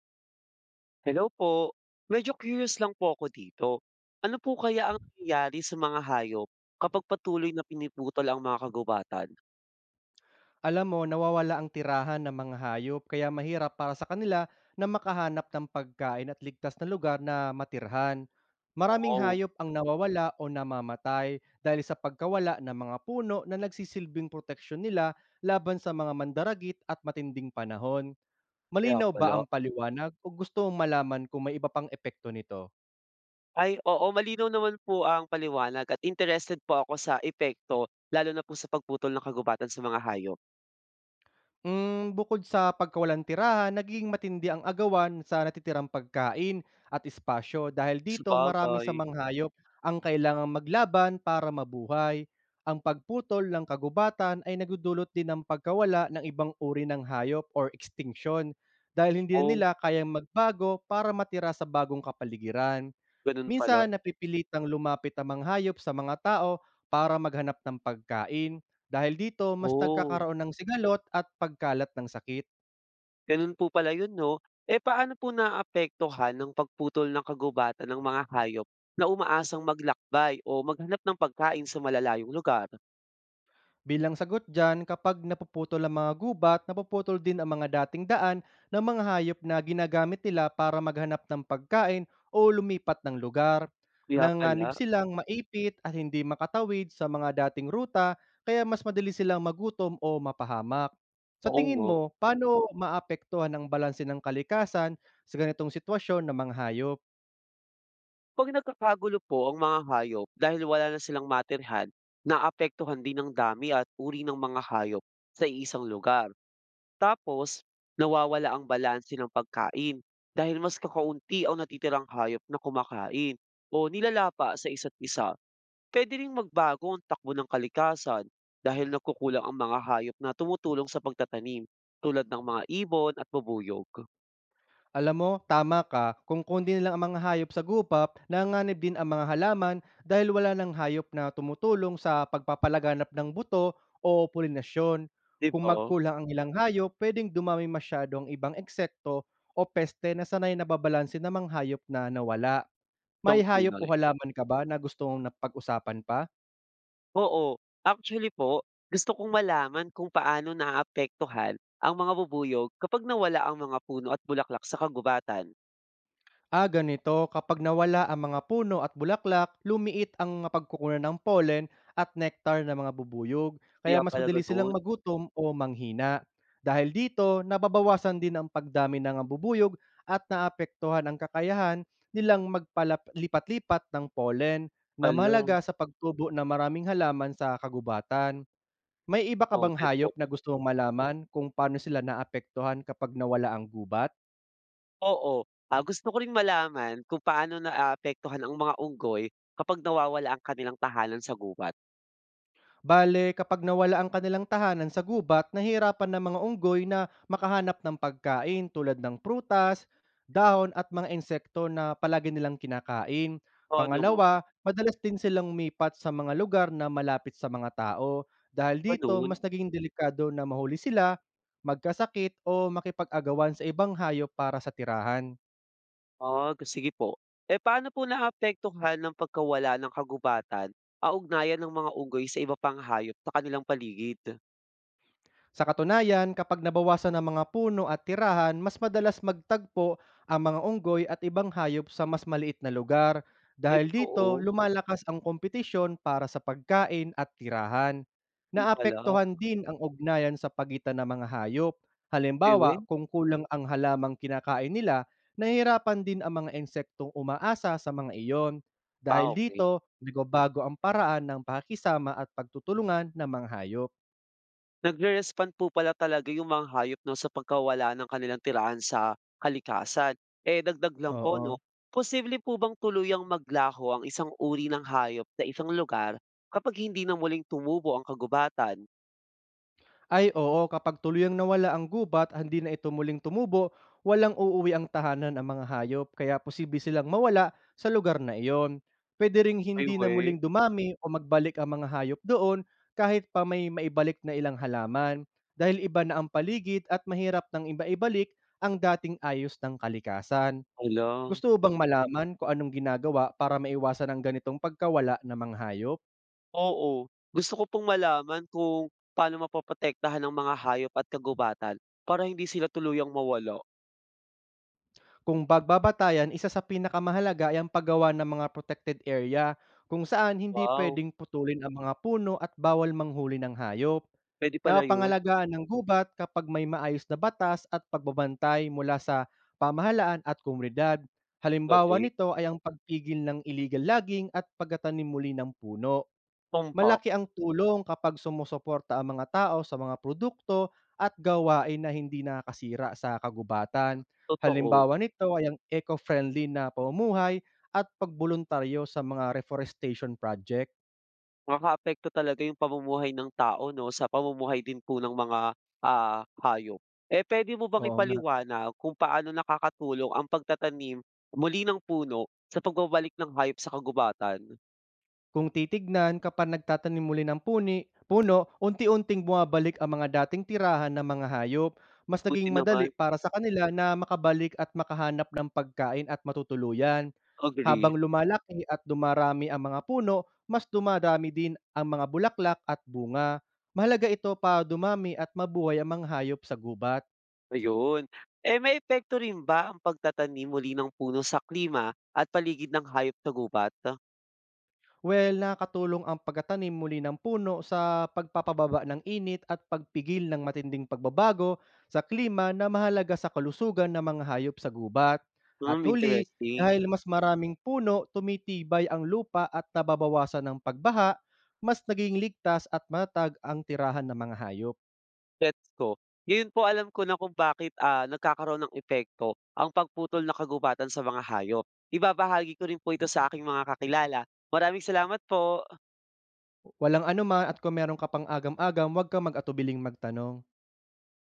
Hello po. Medyo curious lang po ako dito. Ano po kaya ang nangyayari sa mga hayop kapag patuloy na piniputol ang mga kagubatan? Alam mo, nawawala ang tirahan ng mga hayop kaya mahirap para sa kanila na makahanap ng pagkain at ligtas na lugar na matirhan. Maraming Oo, hayop ang nawawala o namamatay dahil sa pagkawala ng mga puno na nagsisilbing proteksyon nila laban sa mga mandaragit at matinding panahon. kaya Malinaw ba pala. ang paliwanag o gusto mong malaman kung may iba pang epekto nito? Ay, oo, malinaw naman po ang paliwanag at interested po ako sa epekto, lalo na po sa pagputol ng kagubatan sa mga hayop. Hmm, bukod sa pagkawalan tirahan, nagiging matindi ang agawan sa natitirang pagkain at espasyo. Dahil dito, marami Sabagay. sa manghayop ang kailangang maglaban para mabuhay. Ang pagputol ng kagubatan ay nagudulot din ng pagkawala ng ibang uri ng hayop or extinction, dahil hindi na Oo, nila kayang magbago para matira sa bagong kapaligiran. ganun pala. Minsan napipilitang lumapit ang mga hayop sa mga tao para maghanap ng pagkain, dahil dito mas Oo. nagkakaroon ng sigalot at pagkalat ng sakit. Gano'n po pala 'yun 'no. Eh, paano po naapektuhan ng pagputol ng kagubatan ng mga hayop na umaasang maglakbay o maghanap ng pagkain sa malalayong lugar? Bilang sagot dyan, kapag napuputol ang mga gubat, napuputol din ang mga dating daan ng mga hayop na ginagamit nila para maghanap ng pagkain o lumipat ng lugar. Kaya pala, Nanganib silang maipit at hindi makatawid sa mga dating ruta, kaya mas madali silang magutom o mapahamak. Sa oo tingin nga. mo, paano maapektuhan ang balanse ng kalikasan sa ganitong sitwasyon ng mga hayop? 'Pag nagkakagulo po ang mga hayop dahil wala na silang matirhan, naapektuhan din ang dami at uri ng mga hayop sa isang lugar. Tapos nawawala ang balanse ng pagkain dahil mas kakaunti ang natitirang hayop na kumakain o nilalapa sa isa't isa. Puwede ring magbago ang takbo ng kalikasan dahil nagkukulang ang mga hayop na tumutulong sa pagtatanim tulad ng mga ibon at bubuyog. Alam mo, tama ka. Kung kundi na lang ang mga hayop sa gupap, nanganib din ang mga halaman dahil wala ng hayop na tumutulong sa pagpapalaganap ng buto o pulinasyon. 'Di Kung ba? magkulang ang ilang hayop, pwedeng dumami masyado ang ibang eksekto o peste na sanay na babalansin ng mga hayop na nawala. Siyang May hayop o tunay. halaman ka ba na gusto mong napag-usapan pa? Oo, actually po, gusto kong malaman kung paano naaapektuhan ang mga bubuyog kapag nawala ang mga puno at bulaklak sa kagubatan. Ah, ganito, kapag nawala ang mga puno at bulaklak, lumiit ang mga pagkukunan ng pollen at nectar ng mga bubuyog, Kaya kaya mas pala madali silang gano'n. magutom o manghina. Dahil dito, nababawasan din ang pagdami ng mga bubuyog at naapektuhan ang kakayahan nilang magpalipat-lipat ng pollen na Hala, mahalaga sa pagtubo ng maraming halaman sa kagubatan. May iba ka bang noted po. hayop na gusto mong malaman kung paano sila naapektuhan kapag nawala ang gubat? Oo, gusto ko rin malaman kung paano naaapektuhan ang mga unggoy kapag nawawala ang kanilang tahanan sa gubat. Bale, kapag nawala ang kanilang tahanan sa gubat, nahirapan ng mga unggoy na makahanap ng pagkain tulad ng prutas, dahon at mga insekto na palagi nilang kinakain. Ano mo? Pangalawa, madalas din silang umipat sa mga lugar na malapit sa mga tao, dahil dito Gano'n? mas naging delikado na mahuli sila, magkasakit o makipag-agawan sa ibang hayop para sa tirahan. Ah, sige po. Eh, paano po naapektuhan ng pagkawala ng kagubatan ang ugnayan ng mga unggoy sa iba pang hayop sa kanilang paligid? Sa katunayan, kapag nabawasan ang mga puno at tirahan, mas madalas magtagpo ang mga unggoy at ibang hayop sa mas maliit na lugar, Ay, dahil dito totoo. lumalakas ang kompetisyon para sa pagkain at tirahan. Yun pala. Naapektuhan din ang ugnayan sa pagitan ng mga hayop. Halimbawa, Ayun. kung kulang ang halamang kinakain nila, nahihirapan din ang mga insektong umaasa sa mga iyon. Ah, Dahil okey. dito, nagbabago ang paraan ng pakikisama at pagtutulungan ng mga hayop. Nagre-respond po pala talaga yung mga hayop 'no, sa pagkawala ng kanilang tirahan sa kalikasan. Eh, dagdag lang po 'no, Oo. posible po bang tuluyang maglaho ang isang uri ng hayop sa isang lugar kapag hindi na muling tumubo ang kagubatan? Ay oo, kapag tuluyang nawala ang gubat, hindi na ito muling tumubo, walang uuwi ang tahanan ang mga hayop kaya posible silang mawala sa lugar na iyon. Pwede ring Ay, hindi na weh. muling dumami o magbalik ang mga hayop doon, kahit pa may maibalik na ilang halaman, dahil iba na ang paligid at mahirap nang iba-ibalik ang dating ayos ng kalikasan. Hala. Gusto mo bang malaman kung anong ginagawa para maiwasan ang ganitong pagkawala ng mga hayop? Oo, gusto ko pong malaman kung paano mapoprotektahan ng mga hayop at kagubatan para hindi sila tuluyang mawala. Kung bagbabatayan, isa sa pinakamahalaga ay ang paggawa ng mga protected area kung saan hindi Wow, pwedeng putulin ang mga puno at bawal manghuli ng hayop. pwede pala yun, Napapangalagaan ng gubat kapag may maayos na batas at pagbabantay mula sa pamahalaan at komunidad. Halimbawa galing. nito ay ang pagpigil ng illegal logging at pagtatanim muli ng puno. Tumpak, Malaki ang tulong kapag sumusuporta ang mga tao sa mga produkto at gawain na hindi nakakasira sa kagubatan. totoo. Halimbawa nito ay ang eco-friendly na pamumuhay at pagboluntaryo sa mga reforestation project. Nakakaapekto talaga yung pamumuhay ng tao 'no, sa pamumuhay din po ng mga, hayop. Eh, pwede mo bang Oo nga. ipaliwanag kung paano nakakatulong ang pagtatanim muli ng puno sa pagbabalik ng hayop sa kagubatan? Kung titignan, kapag nagtatanim muli ng puni puno, unti-unting bumabalik ang mga dating tirahan ng mga hayop. Mas Buti naging naman, madali para sa kanila na makabalik at makahanap ng pagkain at matutuluyan. agree. Habang lumalaki at dumarami ang mga puno, mas dumarami din ang mga bulaklak at bunga. Mahalaga ito para dumami at mabuhay ang mga hayop sa gubat. Ayun. Eh, may epekto rin ba ang pagtatanim muli ng puno sa klima at paligid ng hayop sa gubat? Well, nakatulong ang pagtatanim muli ng puno sa pagpapababa ng init at pagpigil ng matinding pagbabago sa klima na mahalaga sa kalusugan ng mga hayop sa gubat. At Hmm, huli, interesting. dahil mas maraming puno, tumitibay ang lupa at nababawasan ng pagbaha, mas naging ligtas at matatag ang tirahan ng mga hayop. Gets ko. Yun po alam ko na kung bakit nagkakaroon ng epekto ang pagputol ng kagubatan sa mga hayop. Ibabahagi ko rin po ito sa aking mga kakilala. Maraming salamat po. Walang anuman, at kung meron ka pang agam-agam, huwag kang mag-atubiling magtanong.